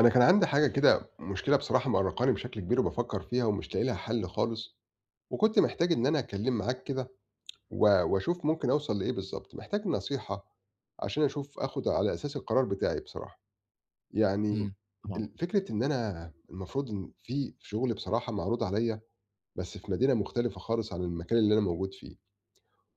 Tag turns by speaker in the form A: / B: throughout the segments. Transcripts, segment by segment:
A: أنا كان عندي حاجة كده مشكلة بصراحة مقرقاني بشكل كبير وبافكّر فيها ومش لاقي لها حل خالص، وكنت محتاج إن أنا أتكلّم معاك كده و وأشوف ممكن أوصل لإيه بالضبط، محتاج نصيحة عشان أشوف آخُد على أساس القرار بتاعي بصراحة، يعني
B: إمم، طبعًا،
A: فكرة إن أنا المفروض إن في شغل بصراحة معروض عليّا، بس في مدينة مختلفة خالص عن المكان اللي أنا موجود فيه،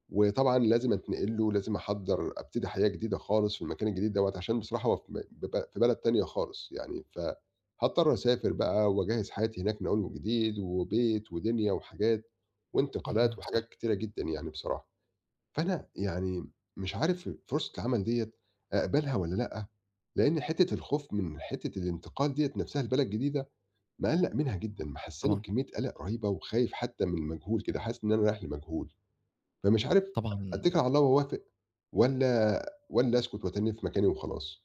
A: وطبعًا لازم أتنقل له، لازم أحضّر أبتدي حياة جديدة خالص في المكان الجديد دوّة، عشان بصراحة هو في م بب في بلد تانية خالص يعني، فهاضطر أسافر بقى وأجهّز حياتي هناك من أول وجديد، وبيت ودنيا وحاجات، وانتقالات
B: أيوه، صح،
A: وحاجات كتيرة جدًا يعني بصراحة. فأنا يعني مش عارف فرصة العمل ديّة أقبلها والّا لأ، لإن حتّة الخوف من حتّة الانتقال ديّة نفسها لبلد جديدة مقلّق منها جدًا، محسّساني
B: طبعًا،
A: بكمية قلق رهيبة وخايف حتّى من المجهول كده، حاسس إن أنا رايح لمجهول. فمش عارف
B: طبعًا،
A: أتّكل على الله وأوافق والّا والّا أسكت وأتنّي في مكاني وخلاص.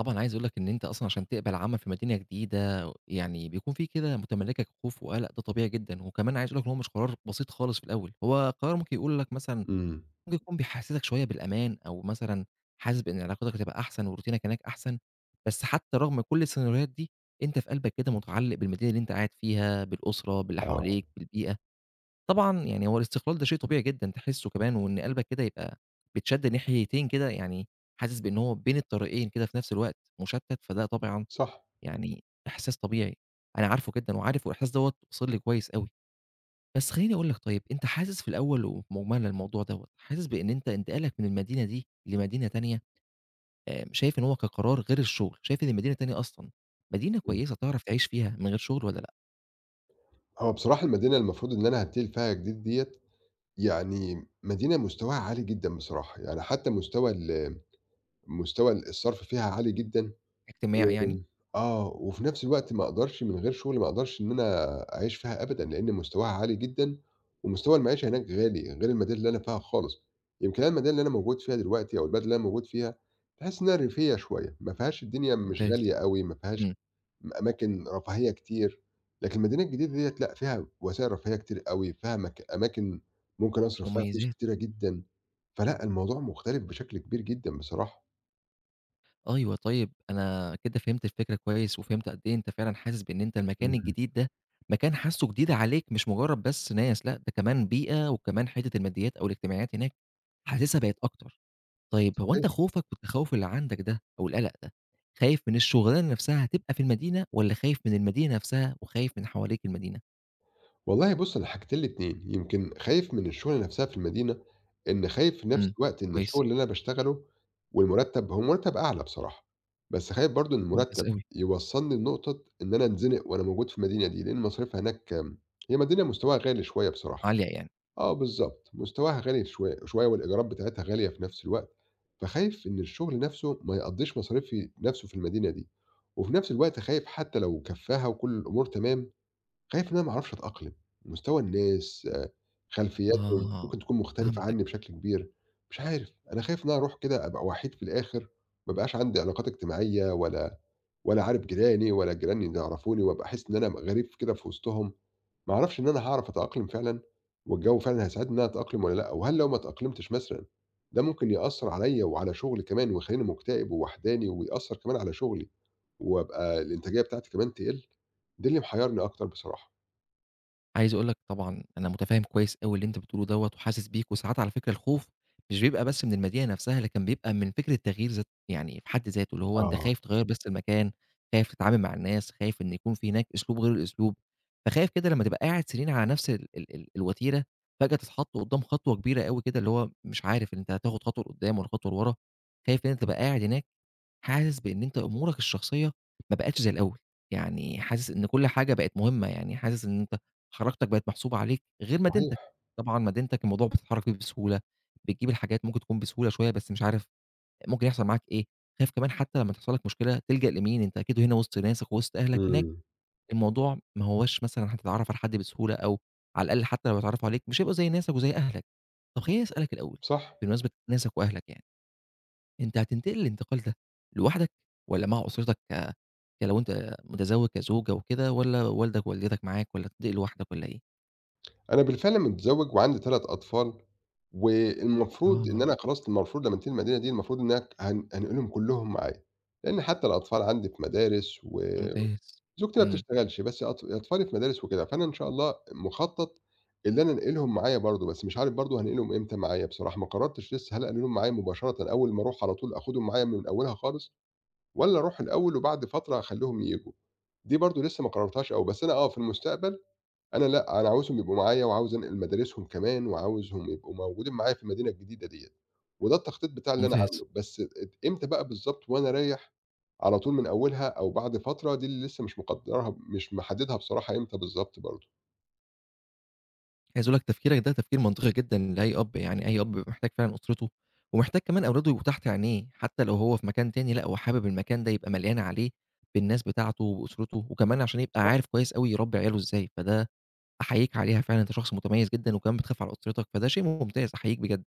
B: طبعًا، عايز أقول لك إن أنت أصلًا عشان تقبل عمل في مدينة جديدة، يعني بيكون في كده متملّكك خوف وقلق. ده طبيعي جدًا، وكمان عايز أقول لك إن هو مش قرار بسيط خالص في الأول. هو قرار ممكن يقول لك مثلًا
A: إمم.
B: ممكن يكون بيحسّسك شوية بالأمان، أو مثلًا حاسس بإن علاقتك هتبقى أحسن وروتينك هناك أحسن. بس حتى رغم كل السيناريوهات دي، أنت في قلبك كده متعلق بالمدينة اللي أنت قاعد فيها، بالأسرة، باللي
A: آه،
B: حواليك، بالبيئة. طبعًا يعني هو الاستقلال ده شيء طبيعي جدًا تحسّه كمان، وإن قلبك كده يبقى بيتشد ناحيتين كده، يعني حاسس بإن هو بين الطريقين كده في نفس الوقت مُشتّت. فده طبعًا
A: صح.
B: يعني إحساس طبيعي، أنا عارفه جدًا وعارف والإحساس دوّة واصل لي كويس أوي. بس خلّيني أقول لك طيب، أنت حاسس في الأول وفي مجمل الموضوع دوّة، حاسس بإن أنت انتقالك من المدينة دي لمدينة تانية شايف إن هو كقرار غير الشغل، شايف إن المدينة التانية أصلًا مدينة
A: إمم.
B: كويسة تعرف تعيش فيها من غير شغل والّا لأ؟
A: هو بصراحة المدينة المفروض إن أنا هانتقل فيها جديد ديّة، يعني مدينة مستواها عالي جدًا بصراحة، يعني حتى مستوى الصرف فيها عالي جدًا. و
B: اجتماعي يعني؟
A: آه، وفي نفس الوقت ما أقدرش من غير شغل ما أقدرش إن أنا أعيش فيها أبدًا، لإن مستواها عالي جدًا، ومستوى المعيشة هناك غالي غير المدينة اللي أنا فيها خالص، يمكن أنا المدينة اللي أنا موجود فيها دلوقتي أو البلد اللي أنا موجود فيها تحس إنها ريفية شوية، ما فيهاش الدنيا مش
B: ممتاز،
A: غالية أوي، ما فيهاش
B: إمم،
A: أماكن رفاهية كتير، لكن المدينة الجديدة ديّة لأ، فيها وسائل رفاهية كتير أوي، فيها أماكن ممكن أصرف فيها فلوس
B: مميزات.
A: كتيرة جدًا، فلأ الموضوع مختلف بشكل كبير جدًا بصراحة.
B: أيوه طيب، أنا كده فهمت الفكرة كويس، وفهمت قد إيه أنت فعلًا حاسس بإن أنت المكان
A: إمم.
B: الجديد ده مكان حاسّه جديد عليك، مش مجرّد بس ناس، لأ ده كمان بيئة، وكمان حتّة الماديات أو الاجتماعيات هناك حاسسها بقت أكتر. طيب هو أنت
A: صحيح.
B: خوفك والتخوّف اللي عندك ده أو القلق ده، خايف من الشغلانة نفسها هتبقى في المدينة، والّا خايف من المدينة نفسها وخايف من حواليك المدينة؟
A: والله بُص، أنا حاجتين الاتنين، يمكن خايف من الشغلة نفسها في المدينة، إن خايف في نفس
B: إمم،
A: الوقت إن الشغل
B: كويس،
A: اللي أنا باشتغله والمُرتّب هو المُرتّب أعلى بصراحة، بس خايف برضه إن
B: ممتاز
A: المُرتّب
B: أوي،
A: يوصّلني لنقطة إن أنا أنزنق وأنا موجود في المدينة دي، لإن مصاريفها هناك، هي مدينة مستواها غالي شوية بصراحة،
B: عالية يعني.
A: آه بالضبط، مستواها غالي شوي شوية والإيجارات بتاعتها غالية في نفس الوقت، فخايف إن الشغل نفسه ما يقضّيش مصاريفي نفسه في المدينة دي، وفي نفس الوقت خايف حتى لو كفّاها وكل الأمور تمام، خايف إن أنا ما أعرفش أتأقلم، مستوى الناس، خلفياتهم
B: آه،
A: ممكن تكون مختلفة
B: فهمتك.
A: عني بشكل كبير، مش عارف، أنا خايف إن أنا أروح كده أبقى وحيد في الآخر، ما يبقاش عندي علاقات اجتماعية ولا عارف جيراني ولا جيراني ده يعرفوني، وأبقى أحس إن أنا غريب كده في وسطهم، ما أعرفش إن أنا هاعرف أتأقلم فعلًا، والجو فعلًا هيساعدني إن أنا أتأقلم والّا لأ، وهل لو ما اتأقلمتش مثلًا ده ممكن يأثّر عليَّ وعلى شغلي كمان ويخلّيني مكتئب ووحداني، ويأثّر كمان على شغلي، وأبقى الإنتاجية بتاعتي كمان تقل؟ ده اللي محيرني أكتر بصراحة.
B: عايز أقول لك طبعًا أنا مُتفهِّم كويس أوي اللي أنت بتقوله دوّة وحاسس بيك، وساعات على فكرة الخوف مش بيبقى بس من المدينة نفسها، لكن بيبقى من فكرة التغيير ذات يعني في حد ذاته، اللي هو أنت
A: آه،
B: خايف تغيّر بس المكان، خايف تتعامل مع الناس، خايف إن يكون في هناك أسلوب غير الأسلوب، فخايف كده لمّا تبقى قاعد سنين على نفس ال ال ال الوتيرة، فجأة تتحط قدّام خطوة كبيرة أوي كده، اللي هو مش عارف ان أنت هتاخد خطوة لقدّام والّا خطوة لورا. خايف إن أنت تبقى قاعد هناك حاسس بإن أنت أمورك الشخصية ما بقتش زي الأول، يعني حاسس إن كل حاجة بقت مهمة، يعني حاسس إن أنت حركتك بقت محسوبة عليك غير مدينتك.
A: صحيح،
B: طبعًا مدينتك الموضوع بتتحرك فيه بسهولة، بتجيب الحاجات ممكن تكون بسهولة شوية، بس مش عارف ممكن يحصل معاك إيه. خايف كمان حتى لمّا تحصل لك مشكلة تلجأ لمين، أنت أكيد هنا وسط ناسك ووسط أهلك، هناك
A: إمم،
B: الموضوع ما هواش مثلًا هتتعرّف على حد بسهولة، أو على الأقل حتى لو اتعرّفوا عليك مش هيبقوا زي ناسك وزي أهلك. طب خلّيني أسألك الأول
A: صح،
B: بمناسبة ناسك وأهلك يعني، أنت هتنتقل الانتقال ده لوحدك والّا مع أسرتك، كلو أنت متزوج كزوج أو كده، والّا والدك ووالدتك معاك، والّا هتنتقل لوحدك والّا إيه؟
A: أنا بالفعل متزوج وعندي 3 أطفال، والمفروض إن
B: آه،
A: أنا خلاص المفروض لمّا ننتقل المدينة دي المفروض إن أنا هانقلهم كلّهم معايا، لإن حتى الأطفال عندي في مدارس وزوجتي
B: ممتاز.
A: ما
B: إمم.
A: بتشتغلش، بس أطفالي في مدارس وكده، فأنا إن شاء الله مخطط اللي أنا أنقلهم معايا برضه، بس مش عارف برضه هانقلهم إمتى معايا بصراحة، ما قررتش لسه هل أنقلهم معايا مباشرةً أول ما أروح على طول آخدهم معايا من أولها خالص، والّا أروح الأول وبعد فترة أخلّيهم ييجوا، دي برضه لسه ما قررتهاش أوي، بس أنا في المستقبل أنا لأ، أنا عاوزهم يبقوا معايا وعاوز أنقل مدارسهم كمان وعاوزهم يبقوا موجودين معايا في المدينة الجديدة ديّة، وده التخطيط بتاعي اللي أنا
B: ممتاز.
A: عامله، بس إمتى بقى بالضبط وأنا رايح على طول من أولها أو بعد فترة دي اللي لسه مش محددها بصراحة إمتى بالضبط برضه.
B: عايز أقول لك تفكيرك ده تفكير منطقي جدًا لأي أب، يعني أي أب بيبقى محتاج فعلًا أسرته ومحتاج كمان أولاده يبقوا تحت عينيه، حتى لو هو في مكان تاني لأ، هو حابب المكان ده يبقى مليان عليه بالناس بتاعته وبأسرته، وكمان عشان يبقى
A: صح.
B: عارف كويس أوي يربي عياله إزاي، فده أحييك عليها فعلًا. أنت شخص متميز جدًا وكمان بتخاف على أسرتك، فده شيء ممتاز، أحييك بجد.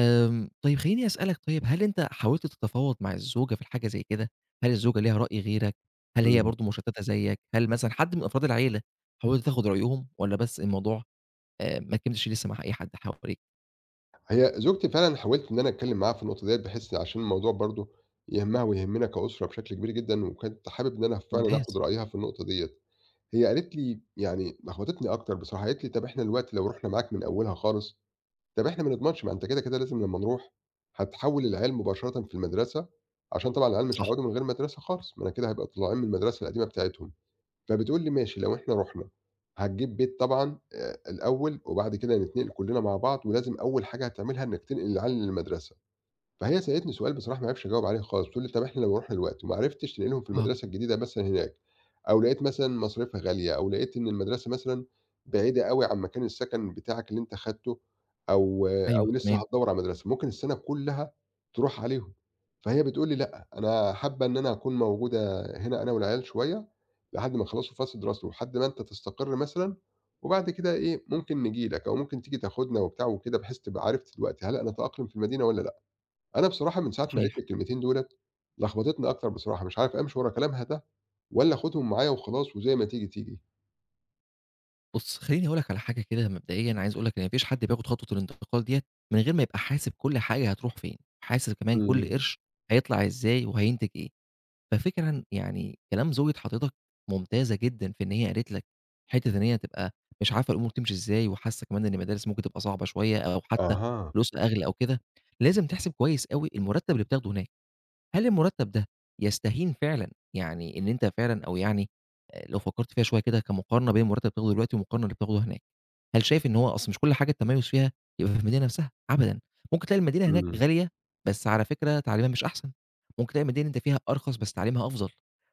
B: طيب خلّيني أسألك طيب، هل أنت حاولت تتفاوض مع الزوجة في الحاجة زي كده؟ هل الزوجة ليها رأي غيرك؟ هل هي
A: إمم.
B: برضه مشتتة زيك؟ هل مثلًا حد من أفراد العيلة حاولت تاخد رأيهم، والّا بس الموضوع ما كملش لسه مع أي حد حواليك؟
A: هي زوجتي فعلًا حاولت إن أنا أتكلّم معاها في النقطة ديّة بحيث عشان الموضوع برضه يهمها ويهمنا كأسرة بشكل كبير جدًا، وكنت حابب إن أنا فعلًا آخُد
B: ممتاز،
A: رأيها في النقطة ديّة. هي قالت لي يعني لخبطتني أكتر بصراحة، قالت لي: "طَب إحنا دلوقتي لو رُحنا معاك من أولها خالص"، طب إحنا ما نضمنش، ما أنت كده، كده لازم لمّا نروح هتحوّل العيال مباشرةً في المدرسة، عشان طبعًا العيال مش
B: صح،
A: هيقعدوا من غير مدرسة خالص، ما أنا كده هيبقى طالعين من المدرسة القديمة بتاعتهم، فبتقول لي ماشي لو إحنا رُحنا هتجيب بيت طبعًا الأول، وبعد كده نتنقل كلّنا مع بعض، ولازم أول حاجة هتعملها إنك تنقل العيال للمدرسة. فهي سألتني سؤال بصراحة ما اعرفش أجاوب عليه خالص، بتقول لي: "طَب إحنا لو رُحنا دلوقتي وما عرفتش نلاقي لهم في
B: آه،
A: المدرسة الجديدة مثلًا هناك، أو لقيت مثلًا مصاريفها غالية، أو لقيت إن المدرسة مثلًا بعيدة أوي عن مكان السكن بتاعك اللي أنت خدته، أو
B: أيوه،
A: أو لسه
B: تمام،
A: هتدوّر على مدرسة، ممكن السنة كلّها تروح عليهم." فهي بتقول لي: "لأ، أنا حابة إن أنا أكون موجودة هنا أنا والعيال شوية، لحد ما يخلّصوا فَصْل دراسته، ولحد ما أنت تستقر مثلًا، وبعد كده إيه، ممكن نيجي لك، أو ممكن تيجي تاخدنا وبتاع وكده، بحيث تبقى عرفت دلوقتي هل أنا أتأقلم في المدينة والّا لأ." أنا بصراحة من ساعة ما قالت لي
B: صحيح.
A: الكلمتين دُولة، لخبطتني أكتر بصراحة، مش عارف أمشي ورا كلامها ده والّا آخُدهم معايا وخلاص وزي ما تيجي، تيجي.
B: بُص، خلّيني أقول لك على حاجة كده مبدئيًا. عايز أقول لك إن ما فيش حد بياخد خطوة الانتقال ديّة من غير ما يبقى حاسب كل حاجة هتروح فين، حاسب كمان كل
A: إمم.
B: قرش هيطلع إزاي وهينتج إيه. ففكرًا يعني كلام زوجة حضرتك ممتازة جدًا في إن هي قالت لك حتّة إن هي تبقى مش عارفة الأمور تمشي إزاي، وحاسة كمان إن المدارس ممكن تبقى صعبة شوية أو حتّى
A: أها،
B: فلوسها أغلى أو كده. لازم تحسب كويس أوي المُرتّب اللي بتاخده هناك، هل المُرتّب ده يستهين فعلًا يعني إن أنت فعلًا، أو يعني لو فكّرت فيها شوية كده كمقارنة بين المُرتّب اللي بتاخده دلوقتي والمقارنة اللي بتاخده هناك، هل شايف إن هو أصل مش كل حاجة التميُّز فيها يبقى في المدينة نفسها؟ أبدًا. ممكن تلاقي المدينة هناك
A: إمم،
B: غالية، بس على فكرة تعليمها مش أحسن. ممكن تلاقي مدينة أنت فيها أرخص بس تعليمها أفضل.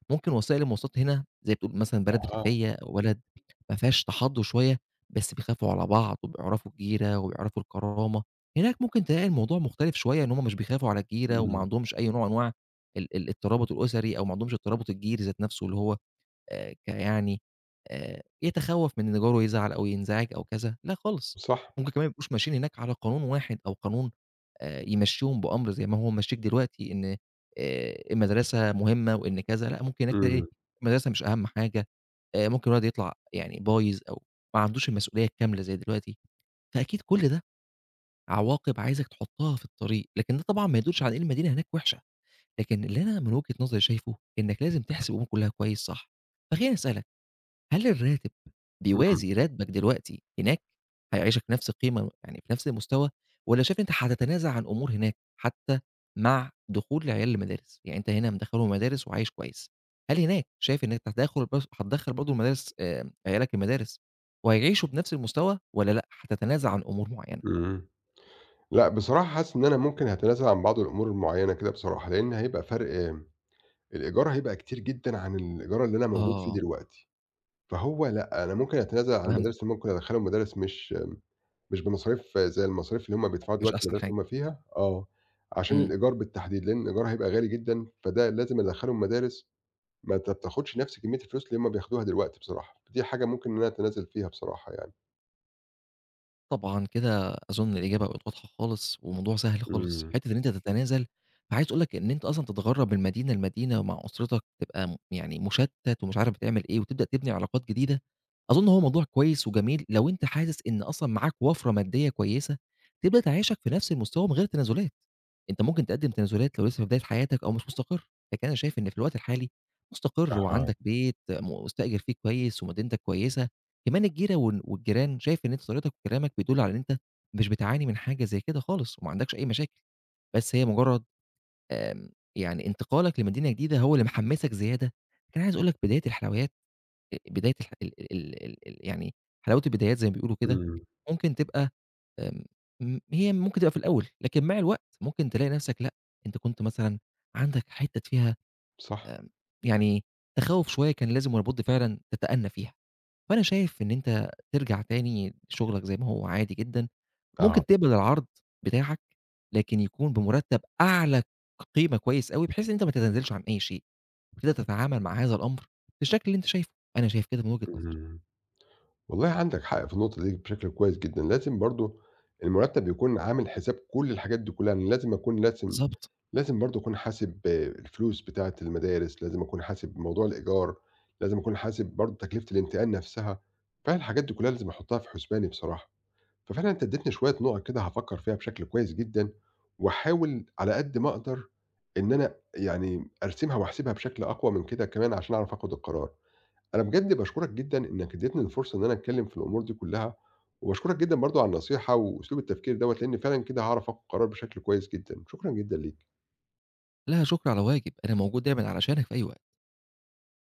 B: ممكن وسائل المواصلات هنا زي بتقول مثلًا بلد
A: أها،
B: ريفية، أو بلد ما فيهاش تحضُّر شوية، بس بيخافوا على بعض وبيعرفوا الجيرة وبيعرفوا الكرامة. هناك ممكن تلاقي الموضوع مختلف شوية، إن هم مش بيخافوا على الجيرة وما
A: إمم،
B: عندهمش أي نوع من أنواع ال ال الترابط الأسري، أو ما عندهمش الترابط الجيري ذات نفسه، اللي هو كيعني يتخوّف من إن جاره يزعل أو ينزعج أو كذا. لا خالص.
A: صح،
B: ممكن كمان ما يبقوش ماشيين هناك على قانون واحد، أو قانون يمشّيهم بأمر زي ما هو ممشّيك دلوقتي إن المدرسة مهمة وإن كذا. لأ، ممكن هناك تلاقي
A: إمم،
B: المدرسة مش أهَم حاجة. ممكن الولد يطلع يعني بايظ أو ما عندوش المسؤولية الكاملة زي دلوقتي. فأكيد كل ده عواقب عايزك تحطّها في الطريق، لكن ده طبعًا ما يدُلش على إن المدينة هناك وِحشة. لكن اللي أنا من وجهة نظري شايفه إنك لازم تحسب الأمور كلّها كويس صح. فخلّيني أسألك، هل الراتب
A: إمم،
B: بيوازي راتبك دلوقتي هناك؟ هيعيشك في نفس القيمة يعني في نفس المستوى، والّا شايف أنت هتتنازع عن أمور هناك حتى مع دخول العيال المدارس؟ يعني أنت هنا مدخّلهم مدارس وعايش كويس، هل هناك شايف إنك هتدخل، بس هتدخّل برضه المدارس، عيالك المدارس وهيعيشوا بنفس المستوى، والّا لأ، هتتنازع عن أمور معينة؟
A: إمم. لأ، بصراحة حاسس إن أنا ممكن هاتنازل عن بعض الأمور المعيّنة كده بصراحة، لإن هيبقى فرق الإيجار هيبقى كتير جدًا عن الإيجار اللي أنا موجود فيه
B: آه،
A: دلوقتي، فهو لأ، أنا ممكن أتنازل عن
B: فهمتك،
A: المدارس اللي ممكن أدخّلهم مدارس مش بمصاريف زي المصاريف اللي هم بيدفعوها
B: مش
A: دلوقتي
B: أحسن
A: المدارس
B: حاجة،
A: اللي هم فيها آه، عشان
B: إمم.
A: الإيجار بالتحديد، لإن الإيجار هيبقى غالي جدًا، فده لازم أدخّلهم مدارس ما بتاخدش نفس كمية الفلوس اللي هم بياخدوها دلوقتي بصراحة، دي حاجة ممكن إن أنا أتنازل فيها بصراحة يعني.
B: طبعًا كده أظن الإجابة بقت واضحة خالص، وموضوع سهل خالص،
A: إمم،
B: حتّة إن أنت تتنازل. فعايز أقول لك إن أنت أصلًا تتغرّب من مدينة لمدينة مع أسرتك، تبقى يعني مُشتّت ومش عارف بتعمل إيه، وتبدأ تبني علاقات جديدة. أظن هو موضوع كويس وجميل لو أنت حاسس إن أصلًا معاك وفرة مادية كويسة، تبدأ تعيشك في نفس المستوى من غير تنازلات. أنت ممكن تقدّم تنازلات لو لسه في بداية حياتك أو مش مستقر، لكن أنا شايف إن في الوقت الحالي مستقر،
A: أها،
B: وعندك بيت مستأجر فيه كويس ومدينتك كويسة، كمان الجيرة والجيران، شايف إن أنت طريقتك وكلامك بيدُل على إن أنت مش بتعاني من حاجة زي كده خالص وما عندكش أي مشاكل. بس هي مجرّد آمم يعني انتقالك لمدينة جديدة هو اللي محمّسك زيادة. لكن عايز أقول لك بداية الح ال ال ال ال يعني حلاوة البدايات زي ما بيقولوا كده،
A: إمم،
B: ممكن تبقى، آمم م هي ممكن تبقى في الأول، لكن مع الوقت ممكن تلاقي نَفْسك لأ. أنت كنت مثلًا عندك حتّت فيها
A: صح،
B: آمم يعني تخوّف شوية، كان لازم ولابد فعلًا تتأنّى فيها. فأنا شايف إن أنت ترجع تاني شغلك زي ما هو عادي جدًا،
A: آه،
B: ممكن تقبل العرض بتاعك، لكن يكون بمرتب أعلى قيمة كويس أوي، بحيث إن أنت ما تتنازلش عن أي شيء، وتقدر تتعامل مع هذا الأمر بالشكل اللي أنت شايفه. أنا شايف كده من وجهة نظري.
A: إمم، والله عندك حق في النقطة دي بشكل كويس جدًا، لازم برضه المُرتّب يكون عامل حساب كل الحاجات دي كلّها، أنا لازم أكون لازم
B: بالضبط.
A: لازم برضه أكون حاسب الفلوس بتاعة المدارس، لازم أكون حاسب موضوع الإيجار، لازم أكون حاسب برضه تكلفة الانتقال نفسها، فالحاجات دي كلّها لازم أحطها في حسباني بصراحة. ففعلًا أنت اديتني شوية نُقَط كده هافكّر فيها بشكل كويس جدًا، واحاول على قد ما أقدر إن أنا يعني أرسمها واحسبها بشكل أقوى من كده كمان عشان أعرف آخد القرار. أنا بجد باشكرك جدًا إنك اديتني الفرصة إن أنا أتكلّم في الأمور دي كلّها، وباشكرك جدًا برضه على النصيحة وأسلوب التفكير دوّة، لإن فعلًا كده هاعرف آخد قرار بشكل كويس جدًا. شكرًا جدًا ليك.
B: لا شكر على واجب، أنا موجود دايمًا علشانك في أي وقت.